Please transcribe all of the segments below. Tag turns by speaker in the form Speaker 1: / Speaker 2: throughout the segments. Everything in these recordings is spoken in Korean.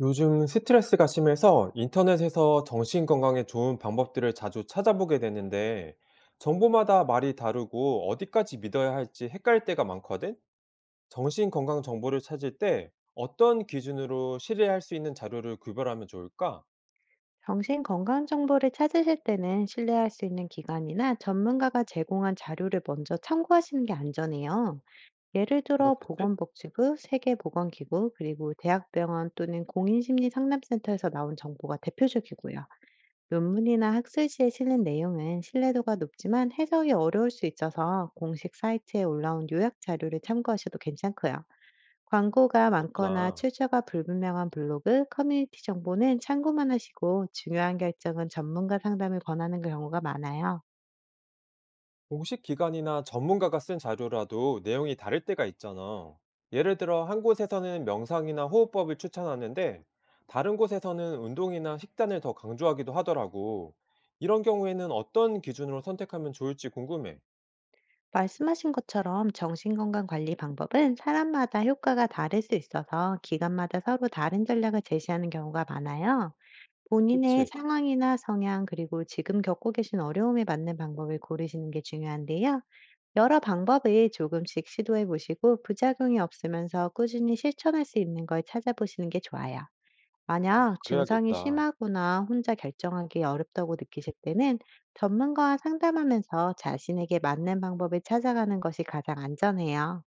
Speaker 1: 요즘 스트레스가 심해서 인터넷에서 정신 건강에 좋은 방법들을 자주 찾아보게 되는데, 정보마다 말이 다르고 어디까지 믿어야 할지 헷갈릴 때가 많거든? 정신 건강 정보를 찾을 때 어떤 기준으로 신뢰할 수 있는 자료를 구별하면 좋을까?
Speaker 2: 정신건강 정보를 찾으실 때는 신뢰할 수 있는 기관이나 전문가가 제공한 자료를 먼저 참고하시는 게 안전해요. 예를 들어
Speaker 1: 그렇겠지?
Speaker 2: 보건복지부, 세계보건기구, 그리고 대학병원 또는 공인심리상담센터에서 나온 정보가 대표적이고요. 논문이나 학술지에 실린 내용은 신뢰도가 높지만 해석이 어려울 수 있어서 공식 사이트에 올라온 요약 자료를 참고하셔도 괜찮고요. 광고가 많거나
Speaker 1: 그렇구나.
Speaker 2: 출처가 불분명한 블로그, 커뮤니티 정보는 참고만 하시고 중요한 결정은 전문가 상담을 권하는 경우가 많아요.
Speaker 1: 공식 기관이나 전문가가 쓴 자료라도 내용이 다를 때가 있잖아. 예를 들어, 한 곳에서는 명상이나 호흡법을 추천하는데, 다른 곳에서는 운동이나 식단을 더 강조하기도 하더라고. 이런 경우에는 어떤 기준으로 선택하면 좋을지 궁금해.
Speaker 2: 말씀하신 것처럼 정신건강 관리 방법은 사람마다 효과가 다를 수 있어서 기관마다 서로 다른 전략을 제시하는 경우가 많아요. 본인의
Speaker 1: 그치,
Speaker 2: 상황이나 성향, 그리고 지금 겪고 계신 어려움에 맞는 방법을 고르시는 게 중요한데요. 여러 방법을 조금씩 시도해 보시고 부작용이 없으면서 꾸준히 실천할 수 있는 걸 찾아보시는 게 좋아요. 만약 증상이
Speaker 1: 그래야겠다.
Speaker 2: 심하거나 혼자 결정하기 어렵다고 느끼실 때는 전문가와 상담하면서 자신에게 맞는 방법을 찾아가는 것이 가장 안전해요.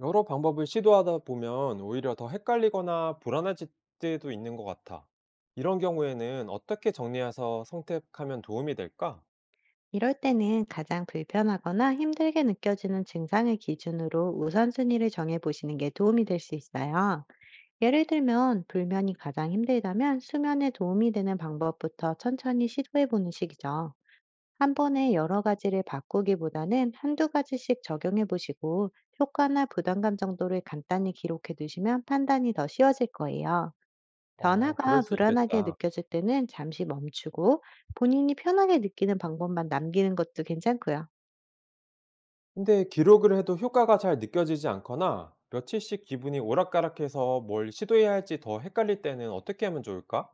Speaker 1: 여러 방법을 시도하다 보면 오히려 더 헷갈리거나 불안해질 때도 있는 것 같아. 이런 경우에는 어떻게 정리해서 선택하면 도움이 될까?
Speaker 2: 이럴 때는 가장 불편하거나 힘들게 느껴지는 증상을 기준으로 우선순위를 정해보시는 게 도움이 될 수 있어요. 예를 들면, 불면이 가장 힘들다면 수면에 도움이 되는 방법부터 천천히 시도해보는 식이죠. 한 번에 여러 가지를 바꾸기보다는 한두 가지씩 적용해 보시고 효과나 부담감 정도를 간단히 기록해 두시면 판단이 더 쉬워질 거예요.
Speaker 1: 어, 그럴
Speaker 2: 변화가
Speaker 1: 수
Speaker 2: 불안하게
Speaker 1: 있겠다.
Speaker 2: 느껴질 때는 잠시 멈추고 본인이 편하게 느끼는 방법만 남기는 것도 괜찮고요.
Speaker 1: 근데 기록을 해도 효과가 잘 느껴지지 않거나 며칠씩 기분이 오락가락해서 뭘 시도해야 할지 더 헷갈릴 때는 어떻게 하면 좋을까?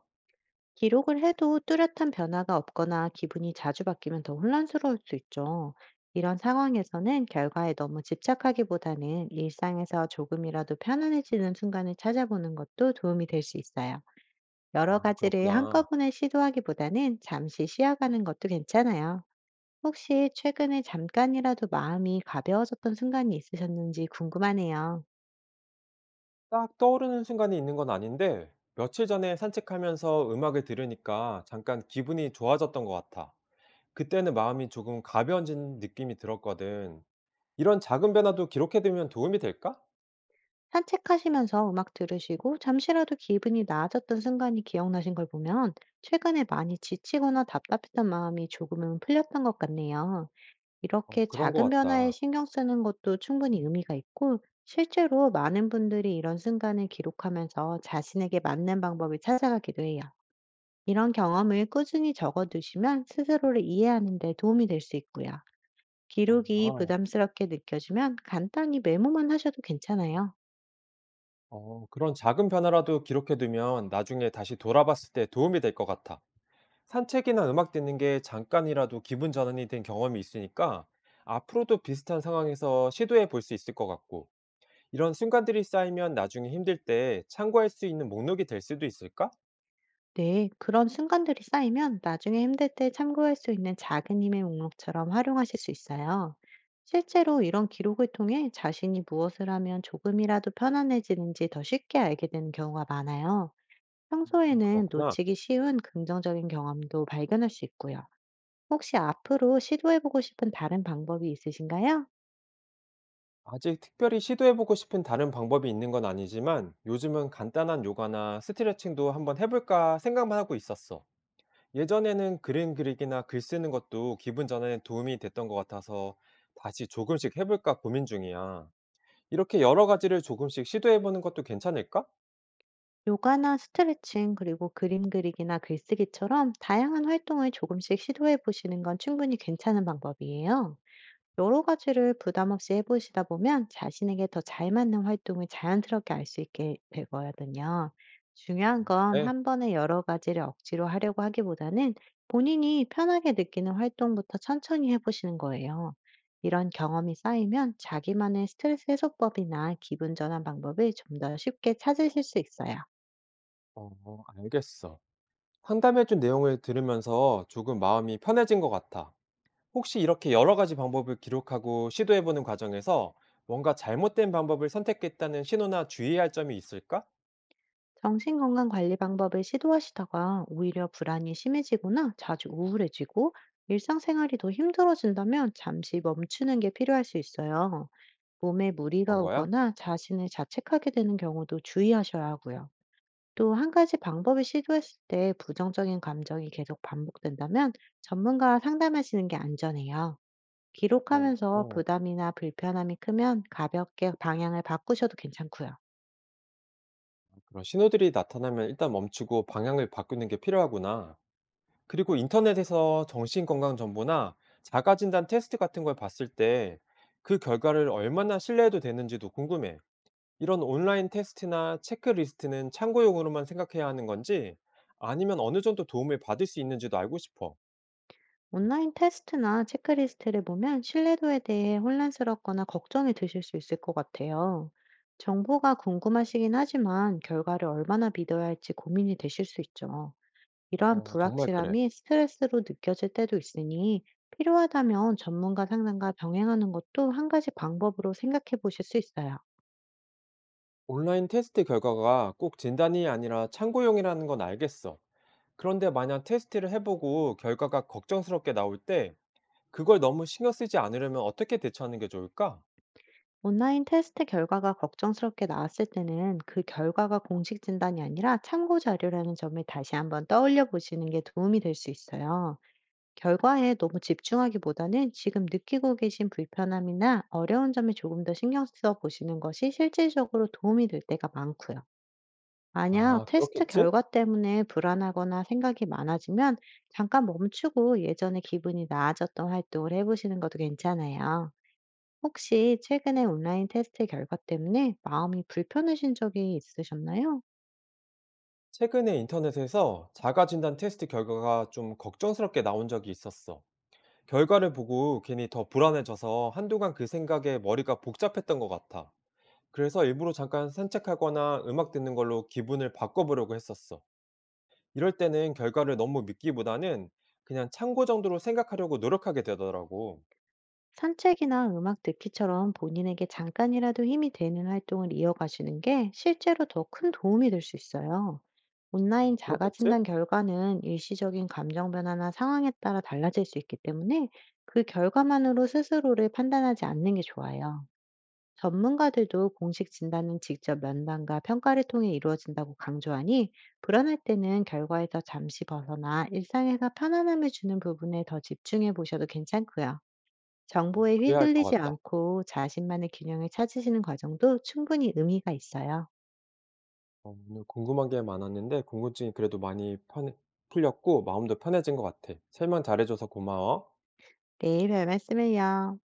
Speaker 2: 기록을 해도 뚜렷한 변화가 없거나 기분이 자주 바뀌면 더 혼란스러울 수 있죠. 이런 상황에서는 결과에 너무 집착하기보다는 일상에서 조금이라도 편안해지는 순간을 찾아보는 것도 도움이 될 수 있어요. 여러
Speaker 1: 아,
Speaker 2: 가지를
Speaker 1: 그렇구나.
Speaker 2: 한꺼번에 시도하기보다는 잠시 쉬어가는 것도 괜찮아요. 혹시 최근에 잠깐이라도 마음이 가벼워졌던 순간이 있으셨는지 궁금하네요.
Speaker 1: 딱 떠오르는 순간이 있는 건 아닌데 며칠 전에 산책하면서 음악을 들으니까 잠깐 기분이 좋아졌던 것 같아. 그때는 마음이 조금 가벼워진 느낌이 들었거든. 이런 작은 변화도 기록해두면 도움이 될까?
Speaker 2: 산책하시면서 음악 들으시고 잠시라도 기분이 나아졌던 순간이 기억나신 걸 보면 최근에 많이 지치거나 답답했던 마음이 조금은 풀렸던 것 같네요.
Speaker 1: 어,
Speaker 2: 이렇게
Speaker 1: 그런 것
Speaker 2: 작은 변화에
Speaker 1: 같다.
Speaker 2: 신경 쓰는 것도 충분히 의미가 있고, 실제로 많은 분들이 이런 순간을 기록하면서 자신에게 맞는 방법을 찾아가기도 해요. 이런 경험을 꾸준히 적어두시면 스스로를 이해하는 데 도움이 될 수 있고요.
Speaker 1: 아,
Speaker 2: 기록이 부담스럽게 느껴지면 간단히 메모만 하셔도 괜찮아요.
Speaker 1: 어, 그런 작은 변화라도 기록해두면 나중에 다시 돌아봤을 때 도움이 될 것 같아. 산책이나 음악 듣는 게 잠깐이라도 기분 전환이 된 경험이 있으니까 앞으로도 비슷한 상황에서 시도해 볼 수 있을 것 같고 이런 순간들이 쌓이면 나중에 힘들 때 참고할 수 있는 목록이 될 수도 있을까?
Speaker 2: 네, 그런 순간들이 쌓이면 나중에 힘들 때 참고할 수 있는 작은 힘의 목록처럼 활용하실 수 있어요. 실제로 이런 기록을 통해 자신이 무엇을 하면 조금이라도 편안해지는지 더 쉽게 알게 되는 경우가 많아요. 평소에는
Speaker 1: 그렇구나.
Speaker 2: 놓치기 쉬운 긍정적인 경험도 발견할 수 있고요. 혹시 앞으로 시도해보고 싶은 다른 방법이 있으신가요?
Speaker 1: 아직 특별히 시도해 보고 싶은 다른 방법이 있는 건 아니지만 요즘은 간단한 요가나 스트레칭도 한번 해볼까 생각만 하고 있었어. 예전에는 그림 그리기나 글 쓰는 것도 기분 전환에 도움이 됐던 것 같아서 다시 조금씩 해볼까 고민 중이야. 이렇게 여러 가지를 조금씩 시도해 보는 것도 괜찮을까?
Speaker 2: 요가나 스트레칭, 그리고 그림 그리기나 글쓰기처럼 다양한 활동을 조금씩 시도해보시는 건 충분히 괜찮은 방법이에요. 여러 가지를 부담 없이 해보시다 보면 자신에게 더 잘 맞는 활동을 자연스럽게 알 수 있게 되거든요. 중요한 건
Speaker 1: 네.
Speaker 2: 한 번에 여러 가지를 억지로 하려고 하기보다는 본인이 편하게 느끼는 활동부터 천천히 해보시는 거예요. 이런 경험이 쌓이면 자기만의 스트레스 해소법이나 기분 전환 방법을 좀 더 쉽게 찾으실 수 있어요.
Speaker 1: 어, 알겠어. 상담해 준 내용을 들으면서 조금 마음이 편해진 것 같아. 혹시 이렇게 여러 가지 방법을 기록하고 시도해 보는 과정에서 뭔가 잘못된 방법을 선택했다는 신호나 주의해야 할 점이 있을까?
Speaker 2: 정신건강 관리 방법을 시도하시다가 오히려 불안이 심해지거나 자주 우울해지고 일상생활이 더 힘들어진다면 잠시 멈추는 게 필요할 수 있어요. 몸에 무리가
Speaker 1: 그런 거야?
Speaker 2: 오거나 자신을 자책하게 되는 경우도 주의하셔야 하고요. 또 한 가지 방법을 시도했을 때 부정적인 감정이 계속 반복된다면 전문가와 상담하시는 게 안전해요.
Speaker 1: 어,
Speaker 2: 기록하면서
Speaker 1: 어.
Speaker 2: 부담이나 불편함이 크면 가볍게 방향을 바꾸셔도 괜찮고요.
Speaker 1: 그런 신호들이 나타나면 일단 멈추고 방향을 바꾸는 게 필요하구나. 그리고 인터넷에서 정신건강 정보나 자가진단 테스트 같은 걸 봤을 때 그 결과를 얼마나 신뢰해도 되는지도 궁금해. 이런 온라인 테스트나 체크리스트는 참고용으로만 생각해야 하는 건지 아니면 어느 정도 도움을 받을 수 있는지도 알고 싶어.
Speaker 2: 온라인 테스트나 체크리스트를 보면 신뢰도에 대해 혼란스럽거나 걱정이 드실 수 있을 것 같아요. 정보가 궁금하시긴 하지만 결과를 얼마나 믿어야 할지 고민이 되실 수 있죠. 이러한
Speaker 1: 어, 정말 그래.
Speaker 2: 불확실함이 스트레스로 느껴질 때도 있으니, 필요하다면 전문가 상담과 병행하는 것도 한 가지 방법으로 생각해 보실 수 있어요.
Speaker 1: 온라인 테스트 결과가 꼭 진단이 아니라 참고용이라는 건 알겠어. 그런데 만약 테스트를 해보고 결과가 걱정스럽게 나올 때 그걸 너무 신경 쓰지 않으려면 어떻게 대처하는 게 좋을까?
Speaker 2: 온라인 테스트 결과가 걱정스럽게 나왔을 때는 그 결과가 공식 진단이 아니라 참고 자료라는 점을 다시 한번 떠올려 보시는 게 도움이 될 수 있어요. 결과에 너무 집중하기보다는 지금 느끼고 계신 불편함이나 어려운 점에 조금 더 신경 써 보시는 것이 실질적으로 도움이 될 때가 많고요. 만약
Speaker 1: 아,
Speaker 2: 테스트
Speaker 1: 그렇겠지?
Speaker 2: 결과 때문에 불안하거나 생각이 많아지면 잠깐 멈추고 예전에 기분이 나아졌던 활동을 해보시는 것도 괜찮아요. 혹시 최근에 온라인 테스트 결과 때문에 마음이 불편하신 적이 있으셨나요?
Speaker 1: 최근에 인터넷에서 자가진단 테스트 결과가 좀 걱정스럽게 나온 적이 있었어. 결과를 보고 괜히 더 불안해져서 한동안 그 생각에 머리가 복잡했던 것 같아. 그래서 일부러 잠깐 산책하거나 음악 듣는 걸로 기분을 바꿔보려고 했었어. 이럴 때는 결과를 너무 믿기보다는 그냥 참고 정도로 생각하려고 노력하게 되더라고.
Speaker 2: 산책이나 음악 듣기처럼 본인에게 잠깐이라도 힘이 되는 활동을 이어가시는 게 실제로 더 큰 도움이 될 수 있어요. 온라인
Speaker 1: 그렇겠지?
Speaker 2: 자가진단 결과는 일시적인 감정 변화나 상황에 따라 달라질 수 있기 때문에 그 결과만으로 스스로를 판단하지 않는 게 좋아요. 전문가들도 공식 진단은 직접 면담과 평가를 통해 이루어진다고 강조하니, 불안할 때는 결과에서 잠시 벗어나 일상에서 편안함을 주는 부분에 더 집중해 보셔도 괜찮고요. 정보에
Speaker 1: 그래야 할 것
Speaker 2: 휘둘리지
Speaker 1: 같다.
Speaker 2: 않고 자신만의 균형을 찾으시는 과정도 충분히 의미가 있어요.
Speaker 1: 어, 오늘 궁금한 게 많았는데 궁금증이 그래도 풀렸고 마음도 편해진 것 같아. 설명 잘해줘서 고마워.
Speaker 2: 네, 별 말씀을요.